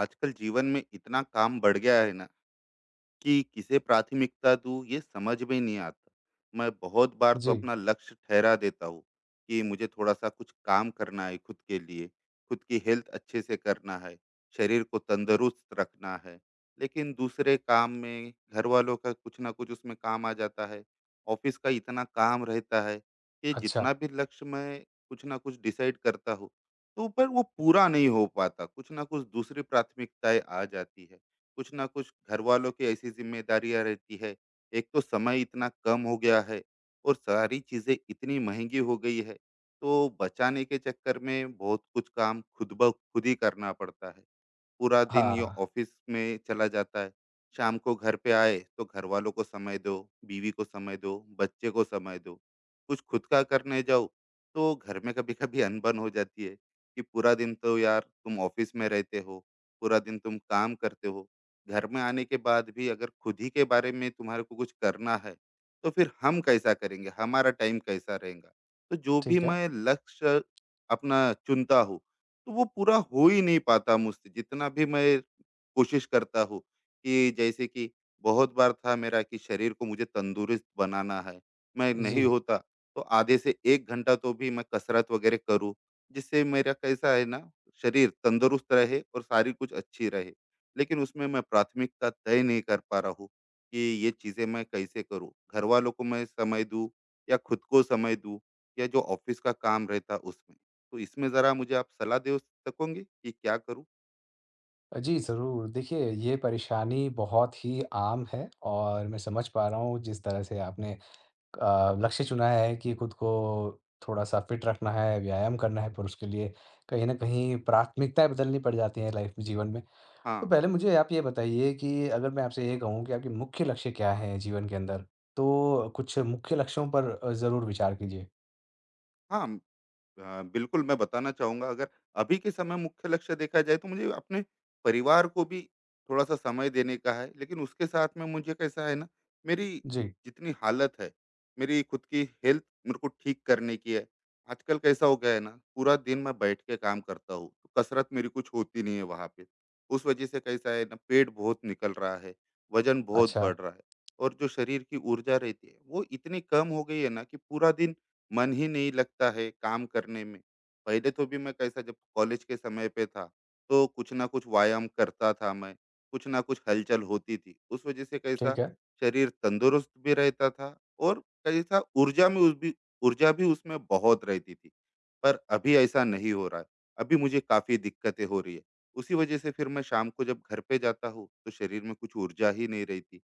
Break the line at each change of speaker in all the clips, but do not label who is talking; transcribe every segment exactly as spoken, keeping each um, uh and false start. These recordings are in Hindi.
आजकल जीवन में इतना काम बढ़ गया है ना, कि किसे प्राथमिकता दूँ ये समझ में नहीं आता। मैं बहुत बार तो
जी,
अपना लक्ष्य ठहरा देता हूँ कि मुझे थोड़ा-सा कुछ काम करना है खुद के लिए, खुद की हेल्थ अच्छे से करना है, शरीर को तंदुरुस्त रखना है। लेकिन दूसरे काम में घर वालों का कुछ न कुछ उसमें काम आ जाता है, ऑफ़िस का इतना काम रहता है कि
अच्छा।
जितना भी लक्ष्य मैं कुछ न कुछ डिसाइड करता हूँ, तो पर वो पूरा नहीं हो पाता, कुछ न कुछ दूसरी प्राथमिकताएँ आ जाती है। कुछ ना कुछ घर वालों की ऐसी जिम्मेदारियां रहती है। एक तो समय इतना कम हो गया है और सारी चीजें इतनी महंगी हो गई है, तो बचाने के चक्कर में बहुत कुछ काम खुद ब खुद ही करना पड़ता है। पूरा दिन या
हाँ,
ऑफिस में चला जाता है। शाम को घर पे आए तो घर वालों को समय दो, बीवी को समय दो, बच्चे को समय दो, कुछ खुद का करने जाओ तो घर में कभी कभी अनबन हो जाती है कि पूरा दिन तो यार तुम ऑफिस में रहते हो, पूरा दिन तुम काम करते हो, घर में आने के बाद भी अगर खुद ही के बारे में तुम्हारे को कुछ करना है तो फिर हम कैसा करेंगे, हमारा टाइम कैसा रहेगा। तो जो भी
ठीक है।
मैं लक्ष्य अपना चुनता हूँ तो वो पूरा हो ही नहीं पाता मुझसे। जितना भी मैं कोशिश करता हूँ कि जैसे कि बहुत बार था मेरा कि शरीर को मुझे तंदुरुस्त बनाना है, मैं
जी।
नहीं होता। तो आधे से एक घंटा तो भी मैं कसरत वगैरह करूँ जिससे मेरा कैसा है ना, शरीर तंदुरुस्त रहे और सारी कुछ अच्छी रहे। लेकिन उसमें मैं प्राथमिकता तय नहीं कर पा रहा हूँ कि ये चीज़ें मैं कैसे करूँ, घर वालों को मैं समय दूँ या खुद को समय दूँ या जो ऑफिस का काम रहता उसमें। तो इसमें ज़रा मुझे आप सलाह दे सकोगे कि क्या करूँ?
जी, ज़रूर। देखिए, ये परेशानी बहुत ही आम है और मैं समझ पा रहा हूँ जिस तरह से आपने अ, लक्ष्य चुना है कि खुद को थोड़ा-सा फ़िट रखना है, व्यायाम करना है, पर उसके लिए कहीं न कहीं प्राथमिकताएँ बदलनी पड़ जाती हैं लाइफ़ में, जीवन में। तो
हाँ,
पहले मुझे आप ये बताइए कि अगर मैं आपसे ये कहूँ कि आपके मुख्य लक्ष्य क्या हैं जीवन के अंदर, तो कुछ मुख्य लक्ष्यों पर अ, ज़रूर विचार कीजिए?
हाँ, अ, बिल्कुल, मैं बताना चाहूँगा। अगर अभी के समय मुख्य लक्ष्य देखा जाए तो मुझे अपने परिवार को भी थोड़ा-सा समय देने का है, लेकिन उसके साथ में मुझे कैसा है ना, मेरी
जी,
जितनी हालत है, मेरी खुद की हेल्थ मेरे को ठीक करने की है। आजकल कैसा हो गया है ना, पूरा दिन मैं बैठ के काम करता हूँ, तो कसरत मेरी कुछ होती नहीं है वहाँ पे। उस वजह से कैसा है ना, पेट बहुत निकल रहा है, वज़न बहुत
अच्छा,
बढ़ रहा है और जो शरीर की ऊर्जा रहती है, वो इतनी कम हो गई है ना कि पूरा दिन मन ही नहीं लगता है काम करने में। पहले तो भी मैं कैसा जब कॉलेज के समय पे था, तो कुछ ना कुछ व्यायाम करता था मैं, कुछ ना कुछ हलचल होती थी। उस वजह से कैसा
ठीक है।
शरीर तंदुरुस्त भी रहता था और कैसा ऊर्जा में उस भी ऊर्जा भी उसमें बहुत रहती थी। पर अभी ऐसा नहीं हो रहा है। अभी मुझे काफ़ी दिक्कतें हो रही है। उसी वजह से फिर मैं शाम को जब घर पे जाता हूँ, तो शरीर में कुछ ऊर्जा ही नहीं रहती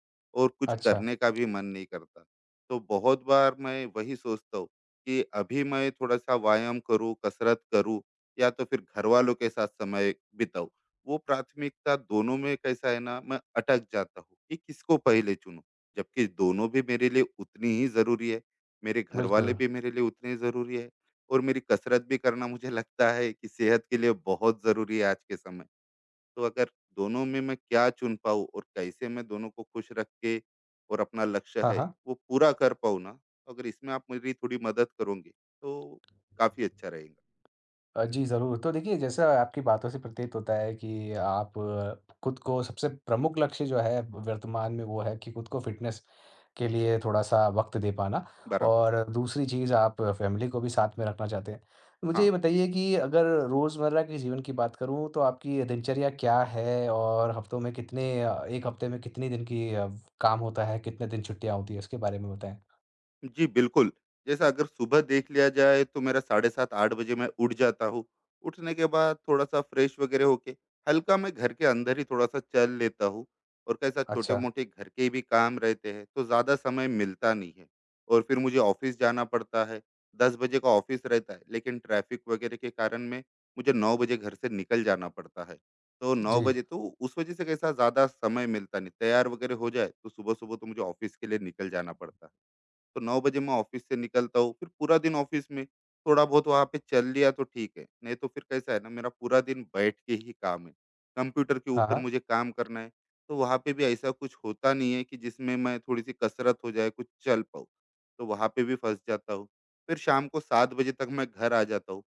और कुछ
अच्छा,
करने का भी मन नहीं करता। तो बहुत बार मैं वही सोचता हूँ कि अभी मैं थोड़ा-सा व्यायाम करूँ, कसरत करूँ या तो फिर घरवालों के साथ समय बिताऊँ। वो प्राथमिकता दोनों में कैसा है ना, मैं अटक जाता हूँ कि किसको पहले चुनूँ। जबकि दोनों भी मेरे लिए उतनी ही ज़रूरी है, मेरे घरवाले
बिल्कुल।
भी मेरे लिए उतने ही ज़रूरी है और मेरी कसरत भी करना मुझे लगता है कि सेहत के लिए बहुत ज़रूरी है आज के समय। तो अगर दोनों में मैं क्या चुन पाऊँ और कैसे मैं दोनों को खुश रख के और अपना लक्ष्य
हाँ,
है
हाँ।
वो पूरा कर पाऊँ ना, अगर इसमें आप मेरी थोड़ी मदद करोगे तो काफी अच्छा रहेगा।
अ, जी, ज़रूर। तो देखिए, जैसा आपकी बातों से प्रतीत होता है कि आप अ, खुद को सबसे प्रमुख लक्ष्य जो है वर्तमान में वो है कि खुद को फ़िटनेस के लिए थोड़ा-सा वक़्त दे पाना
बराबर।
और दूसरी चीज़ आप फ़ैमिली को भी साथ में रखना चाहते हैं। मुझे ये
हाँ।
बताइए कि अगर रोज़मर्रा के जीवन की बात करूँ तो आपकी दिनचर्या क्या है और हफ़्तों में कितने अ, एक हफ़्ते में कितने दिन की अ, काम होता है, कितने दिन छुट्टियाँ होती हैं? उसके बारे में बताएँ।
जी, बिल्कुल। जैसे अगर सुबह देख लिया जाए तो मेरा साढ़े सात आठ बजे मैं उठ जाता हूँ। उठने के बाद थोड़ा-सा फ्रेश वगैरह होके हल्का मैं घर के अंदर ही थोड़ा-सा चल लेता हूँ और कैसा
अच्छा,
छोटे-मोटे घर के भी काम रहते हैं, तो ज़्यादा समय मिलता नहीं है और फिर मुझे ऑफ़िस जाना पड़ता है। दस बजे का ऑफ़िस रहता है, लेकिन ट्रैफ़िक वगैरह के कारण मैं मुझे नौ बजे घर से निकल जाना पड़ता है। तो नौ
जी।
बजे तो उस वजह से कैसा ज़्यादा समय मिलता नहीं, तैयार वगैरह हो जाए तो सुबह-सुबह तो मुझे ऑफ़िस के लिए निकल जाना पड़ता है। तो नौ बजे मैं ऑफिस से निकलता हूँ, फिर पूरा दिन ऑफिस में, थोड़ा बहुत वहाँ पे चल लिया तो ठीक है, नहीं तो फिर कैसा है ना मेरा पूरा दिन बैठ के ही काम है। कंप्यूटर के
हाँ,
ऊपर
हाँ।
मुझे काम करना है, तो वहाँ पे भी ऐसा कुछ होता नहीं है कि जिसमें मैं थोड़ी-सी कसरत हो जाए, कुछ चल पाऊँ, तो वहाँ पे भी फँस जाता हूँ। फिर शाम को सात बजे तक मैं घर आ जाता हूँ।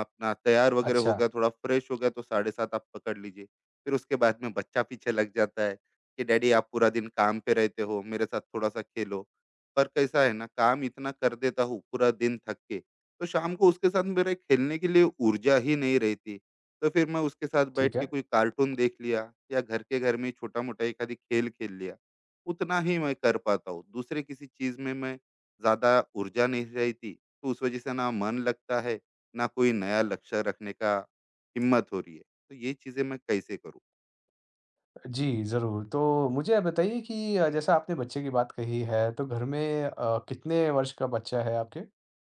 अपना तैयार वगैरह हो
अच्छा,
गया, थोड़ा फ्रेश हो गया तो साढ़े सात आप पकड़ लीजिए। फिर उसके बाद में बच्चा पीछे लग जाता है कि डैडी आप पूरा दिन काम पे रहते हो, मेरे साथ थोड़ा-सा खेलो। पर कैसा है ना, काम इतना कर देता हूँ पूरा दिन थक के, तो शाम को उसके साथ मेरे खेलने के लिए ऊर्जा ही नहीं रहती। तो फिर मैं उसके साथ बैठ
ठीक
के
है।
कोई कार्टून देख लिया या घर के घर में ही छोटा-मोटा एखादी खेल खेल लिया, उतना ही मैं कर पाता हूँ। दूसरे किसी चीज़ में मैं ज़्यादा ऊर्जा नहीं रहती, तो उस वजह से ना मन लगता है ना कोई नया लक्ष्य रखने का हिम्मत हो रही है, तो ये चीजें मैं कैसे करूँ।
जी, ज़रूर। तो मुझे आप बताइए कि अ, जैसा आपने बच्चे की बात कही है, तो घर में अ, कितने वर्ष का बच्चा है आपके?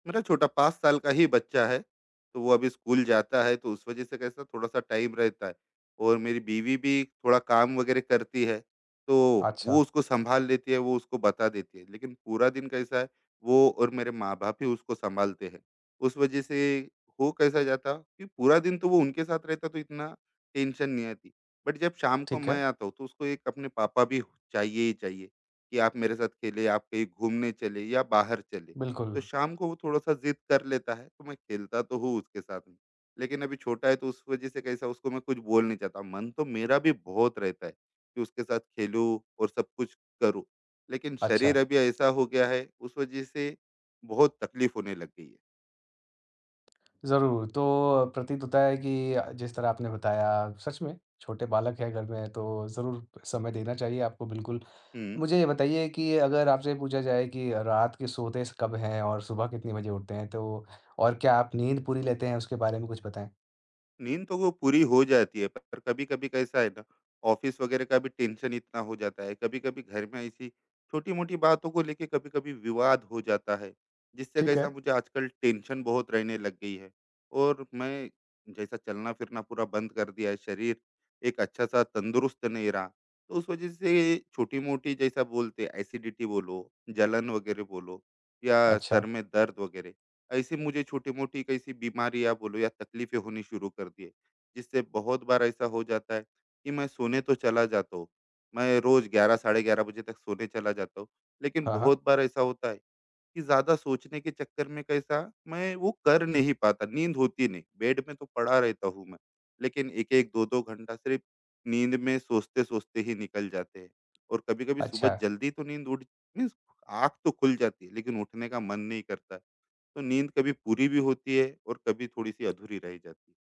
मेरा छोटा पाँच साल का ही बच्चा है, तो वो अभी स्कूल जाता है, तो उस वजह से कैसा थोड़ा-सा टाइम रहता है और मेरी बीवी भी थोड़ा काम वगैरह करती है, तो
अच्छा,
वो उसको सँभाल लेती है, वो उसको बता देती है। लेकिन पूरा दिन कैसा है, वो और मेरे माँ-बाप ही उसको सँभालते हैं। उस वजह से हो कैसा जाता कि पूरा दिन तो वो उनके साथ रहता, तो इतना टेंशन नहीं आती। बट जब शाम को
ठीक है।
मैं आता हूँ, तो उसको एक अपने पापा भी चाहिए ही चाहिए कि आप मेरे साथ खेलें, आप कहीं घूमने चले या बाहर चले।
बिल्कुल,
तो शाम को वो थोड़ा-सा ज़िद कर लेता है, तो मैं खेलता तो हूँ उसके साथ में। लेकिन अभी छोटा है तो उस वजह से कैसा उसको मैं कुछ बोल नहीं चाहता। मन तो मेरा भी बहुत रहता है कि उसके साथ खेलूँ और सब कुछ करूँ। लेकिन
अच्छा,
शरीर अभी ऐसा हो गया है उस वजह से बहुत तकलीफ़ होने लग गई है।
ज़रूर। तो प्रतीत होता है कि अ, जिस तरह आपने बताया, सच में छोटे बालक हैं घर में, तो ज़रूर समय देना चाहिए आपको, बिल्कुल।
हुँ।
मुझे ये बताइए कि अगर आपसे पूछा जाए कि रात के सोते स कब हैं और सुबह कितने बजे उठते हैं, तो और क्या आप नींद पूरी लेते हैं, उसके बारे में कुछ बताएँ?
नींद तो वो पूरी हो जाती है, पर कभी-कभी कैसा है ना, ऑफ़िस वगैरह का भी टेंशन इतना हो जाता है, कभी-कभी घर में ऐसी छोटी-मोटी बातों को लेके कभी-कभी विवाद हो जाता है, जिससे
ठीक
कैसा
है।
मुझे आजकल टेंशन बहुत रहने लग गई है। और मैं जैसा चलना-फिरना पूरा बंद कर दिया है, शरीर एक अच्छा-सा तंदुरुस्त नहीं रहा, तो उस वजह से छोटी-मोटी जैसा बोलते हैं, एसिडिटी बोलो, जलन वगैरह बोलो या
अच्छा,
सर में दर्द वगैरह, ऐसे मुझे छोटी-मोटी कैसी बीमारी या बोलो या तकलीफ़ें होनी शुरू कर दी है, जिससे बहुत बार ऐसा हो जाता है कि मैं सोने तो चला जाता हूँ। मैं रोज़ ग्यारह साढ़े ग्यारह बजे तक सोने चला जाता हूँ, लेकिन
हाँ, हाँ।
बहुत बार ऐसा होता है कि ज़्यादा सोचने के चक्कर में कैसा, मैं वो कर नहीं पाता, नींद होती नहीं। बेड में तो पड़ा रहता हूँ मैं, लेकिन एक एक, दो दो घंटा सिर्फ़ नींद में सोचते-सोचते ही निकल जाते हैं। और कभी-कभी सुबह
अच्छा।
जल्दी तो नींद उठ मीन्स आँख तो खुल जाती है, लेकिन उठने का मन नहीं करता। तो नींद कभी पूरी भी होती है और कभी थोड़ी-सी अधूरी रह जाती है।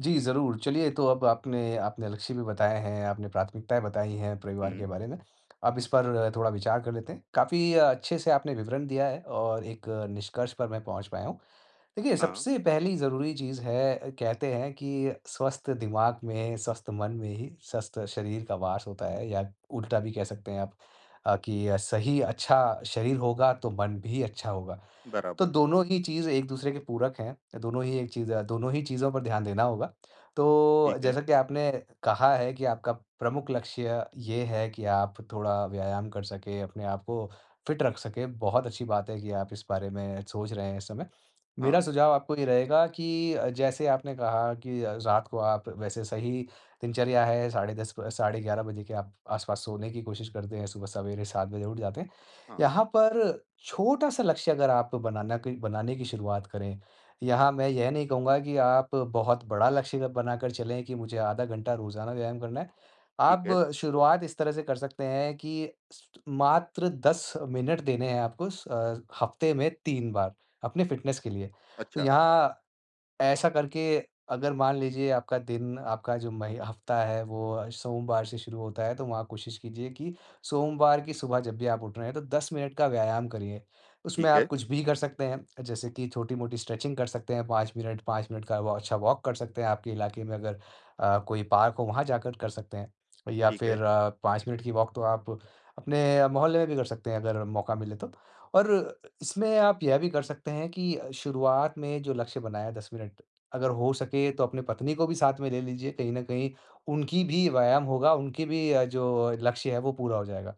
जी, ज़रूर। चलिए तो अब आपने आपने लक्ष्य भी बताए हैं, आपने प्राथमिकताएँ बताई हैं परिवार के
हुँ।
बारे में। अब इस पर अ, थोड़ा विचार कर लेते हैं। काफ़ी अच्छे से आपने विवरण दिया है और एक अ, निष्कर्ष पर मैं पहुँच पाया हूँ। देखिए,
हाँ,
सबसे पहली ज़रूरी चीज़ है अ, कहते हैं कि स्वस्थ दिमाग में, स्वस्थ मन में ही स्वस्थ शरीर का वास होता है या उल्टा भी कह सकते हैं आप अ, कि अ, सही अच्छा शरीर होगा तो मन भी अच्छा होगा। तो
बराबर।
दोनों ही चीज़ एक-दूसरे के पूरक हैं। दोनों ही एक चीज़ दोनों ही चीज़ों पर ध्यान देना होगा। तो
ठीक है।
जैसा कि आपने कहा है कि आपका प्रमुख लक्ष्य ये है कि आप थोड़ा व्यायाम कर सकें, अपने आप को फ़िट रख सकें। बहुत अच्छी बात है कि आप इस बारे में सोच रहे हैं इस समय। मेरा
हाँ,
सुझाव आपको ये रहेगा कि अ, जैसे आपने कहा कि अ, रात को आप वैसे सही दिनचर्या है, साढ़े 10 ब साढ़े ग्यारह बजे के आप आस-पास सोने की कोशिश करते हैं, सुबह सवेरे सात बजे उठ जाते हैं।
हाँ।
यहाँ पर छोटा सा लक्ष्य अगर आप बनाना की बनाने की शुरुआत करें, यहाँ मैं यह नहीं कहूँगा कि आप बहुत बड़ा लक्ष्य अगर बनाकर चलें कि मुझे आधा घंटा रोज़ाना व्यायाम करना है।
ठीक
आप
है।
शुरुआत इस तरह से कर सकते हैं कि स मात्र दस मिनट देने हैं आपको स अ, हफ़्ते में तीन बार अपने फ़िटनेस के लिए। तो
अच्छा।
यहाँ ऐसा करके अगर मान लीजिए आपका दिन, आपका जो मही हफ़्ता है वो सोमवार से शुरू होता है, तो वहाँ कोशिश कीजिए कि सोमवार की सुबह जब भी आप उठ रहे हैं तो दस मिनट का व्यायाम करिए। उसमें
ठीक
आप
है।
कुछ भी कर सकते हैं, जैसे कि छोटी-मोटी स्ट्रेचिंग कर सकते हैं पाँच मिनट, पाँच मिनट का वो अच्छा वॉक कर सकते हैं, आपके इलाके में अगर अ, कोई पार्क हो वहाँ जाकर कर सकते हैं। या
ठीक है,
फिर अ, पाँच मिनट की वॉक तो आप अपने मोहल्ले में भी कर सकते हैं अगर मौका मिले तो। और इसमें आप यह भी कर सकते हैं कि शुरुआत में जो लक्ष्य बनाया दस मिनट, अगर हो सके तो अपनी पत्नी को भी साथ में ले लीजिए। कहीं न कहीं उनकी भी व्यायाम होगा, उनकी भी अ, जो लक्ष्य है वो पूरा हो जाएगा।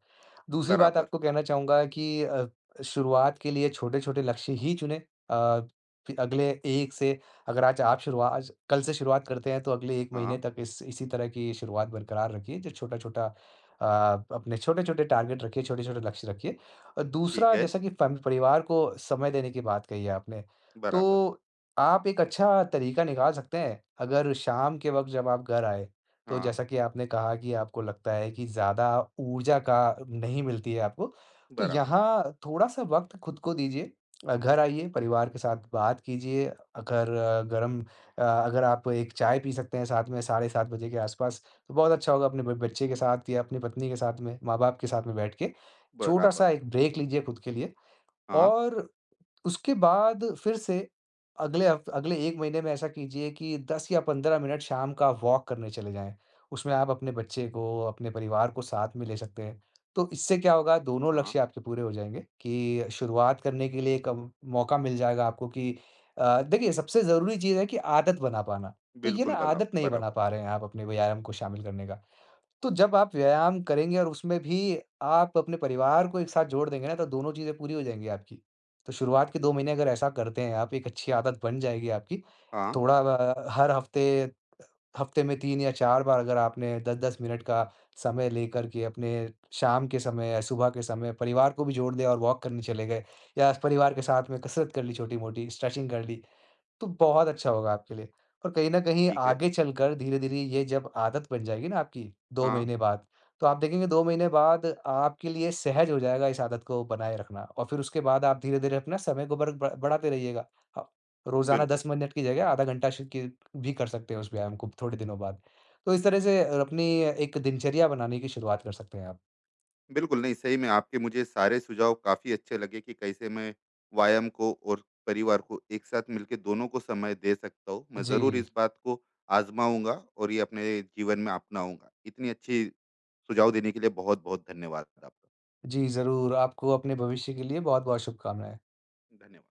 दूसरी बात
बराबर।
आपको कहना चाहूँगा कि अ, शुरुआत के लिए छोटे-छोटे लक्ष्य ही चुनें। अ, फि अगले 1 से अगर आज आप शुरुआ आज कल से शुरुआत करते हैं तो अगले एक महीने
हाँ।
तक इस इसी तरह की शुरुआत बरकरार रखिए। जो छोटा-छोटा अ, अपने छोटे-छोटे टारगेट रखिए, छोटे-छोटे लक्ष्य रखिए। और
ठीक
दूसरा
है,
जैसा कि फैम परिवार को समय देने की बात कही है आपने,
बराबर।
तो आप एक अच्छा तरीका निकाल सकते हैं, अगर शाम के वक़्त जब आप घर आए, तो
हाँ,
जैसा कि आपने कहा कि आपको लगता है कि ज़्यादा ऊर्जा का नहीं मिलती है आपको, तो
बराबर।
यहाँ थोड़ा-सा वक़्त खुद को दीजिए। अ, घर आइए, परिवार के साथ बात कीजिए, अगर अ, गरम अ, अगर आप एक चाय पी सकते हैं साथ में, साढ़े सात बजे के आसपास, तो बहुत अच्छा होगा अपने ब बच्चे के साथ या अपनी पत्नी के साथ में, माँ-बाप के साथ में बैठ के।
बराबर।
छोटा-सा एक ब्रेक लीजिए खुद के लिए
हाँ,
और उसके बाद फिर से अगले हफ़्त अगले एक महीने में ऐसा कीजिए कि दस या पंद्रह मिनट शाम का वॉक करने चले जाएँ। उसमें आप अपने बच्चे को, अपने परिवार को साथ में ले सकते हैं। तो इससे क्या होगा दोनों
हाँ।
लक्ष्य आपके पूरे हो जाएँगे कि शुरुआत करने के लिए एक अम, मौका मिल जाएगा आपको कि अ, देखिए सबसे ज़रूरी चीज़ है कि आदत बना पाना। तो ये
बिल्कुल,
ना
बला
आदत नहीं बना
बराबर।
पा रहे हैं आप अपने व्यायाम को शामिल करने का। तो जब आप व्यायाम करेंगे और उसमें भी आप अपने परिवार को एक साथ जोड़ देंगे ना, तो दोनों चीज़ें पूरी हो जाएँगी आपकी। तो शुरुआत के दो महीने अगर ऐसा करते हैं आप, एक अच्छी आदत बन जाएगी आपकी।
हाँ।
थोड़ा अ, हर हफ़्ते हफ़्ते में तीन या चार बार अगर आपने दस दस मिनट का समय लेकर के अपने शाम के समय या सुबह के समय परिवार को भी जोड़ दिया और वॉक करने चले गए या परिवार के साथ में कसरत कर ली छोटी-मोटी, स्ट्रेचिंग कर ली। तो बहुत अच्छा होगा आपके लिए। और कहीं न कहीं
ठीक है।
आगे चलकर धीरे-धीरे ये जब आदत बन जाएगी ना आपकी दो
हाँ,
महीने बाद, तो आप देखेंगे दो महीने बाद आपके लिए सहज हो जाएगा इस आदत को बनाए रखना और फिर उसके बाद आप धीरे-धीरे अपना समय को बर ब बढ़ाते रहिएगा। आप रोज़ाना
बिल्कुल।
दस मिनट की जगह आधा घंटा श के भी कर सकते हैं उस व्यायाम को थोड़े दिनों बाद। तो इस तरह से अ, अपनी एक दिनचर्या बनाने की शुरुआत कर सकते हैं आप।
बिल्कुल, नहीं, सही में आपके मुझे सारे सुझाव काफ़ी अच्छे लगे कि कैसे मैं व्यायाम को और परिवार को एक साथ मिलके दोनों को समय दे सकता हूँ। मैं ज़रूर
जी।
इस बात को आज़माऊँगा और ये अपने जीवन में अपनाऊँगा। इतनी अच्छी सुझाव देने के लिए बहुत-बहुत धन्यवाद आपका।
जी, ज़रूर। आपको अपने भविष्य के लिए बहुत-बहुत शुभकामनाएँ।
धन्यवाद।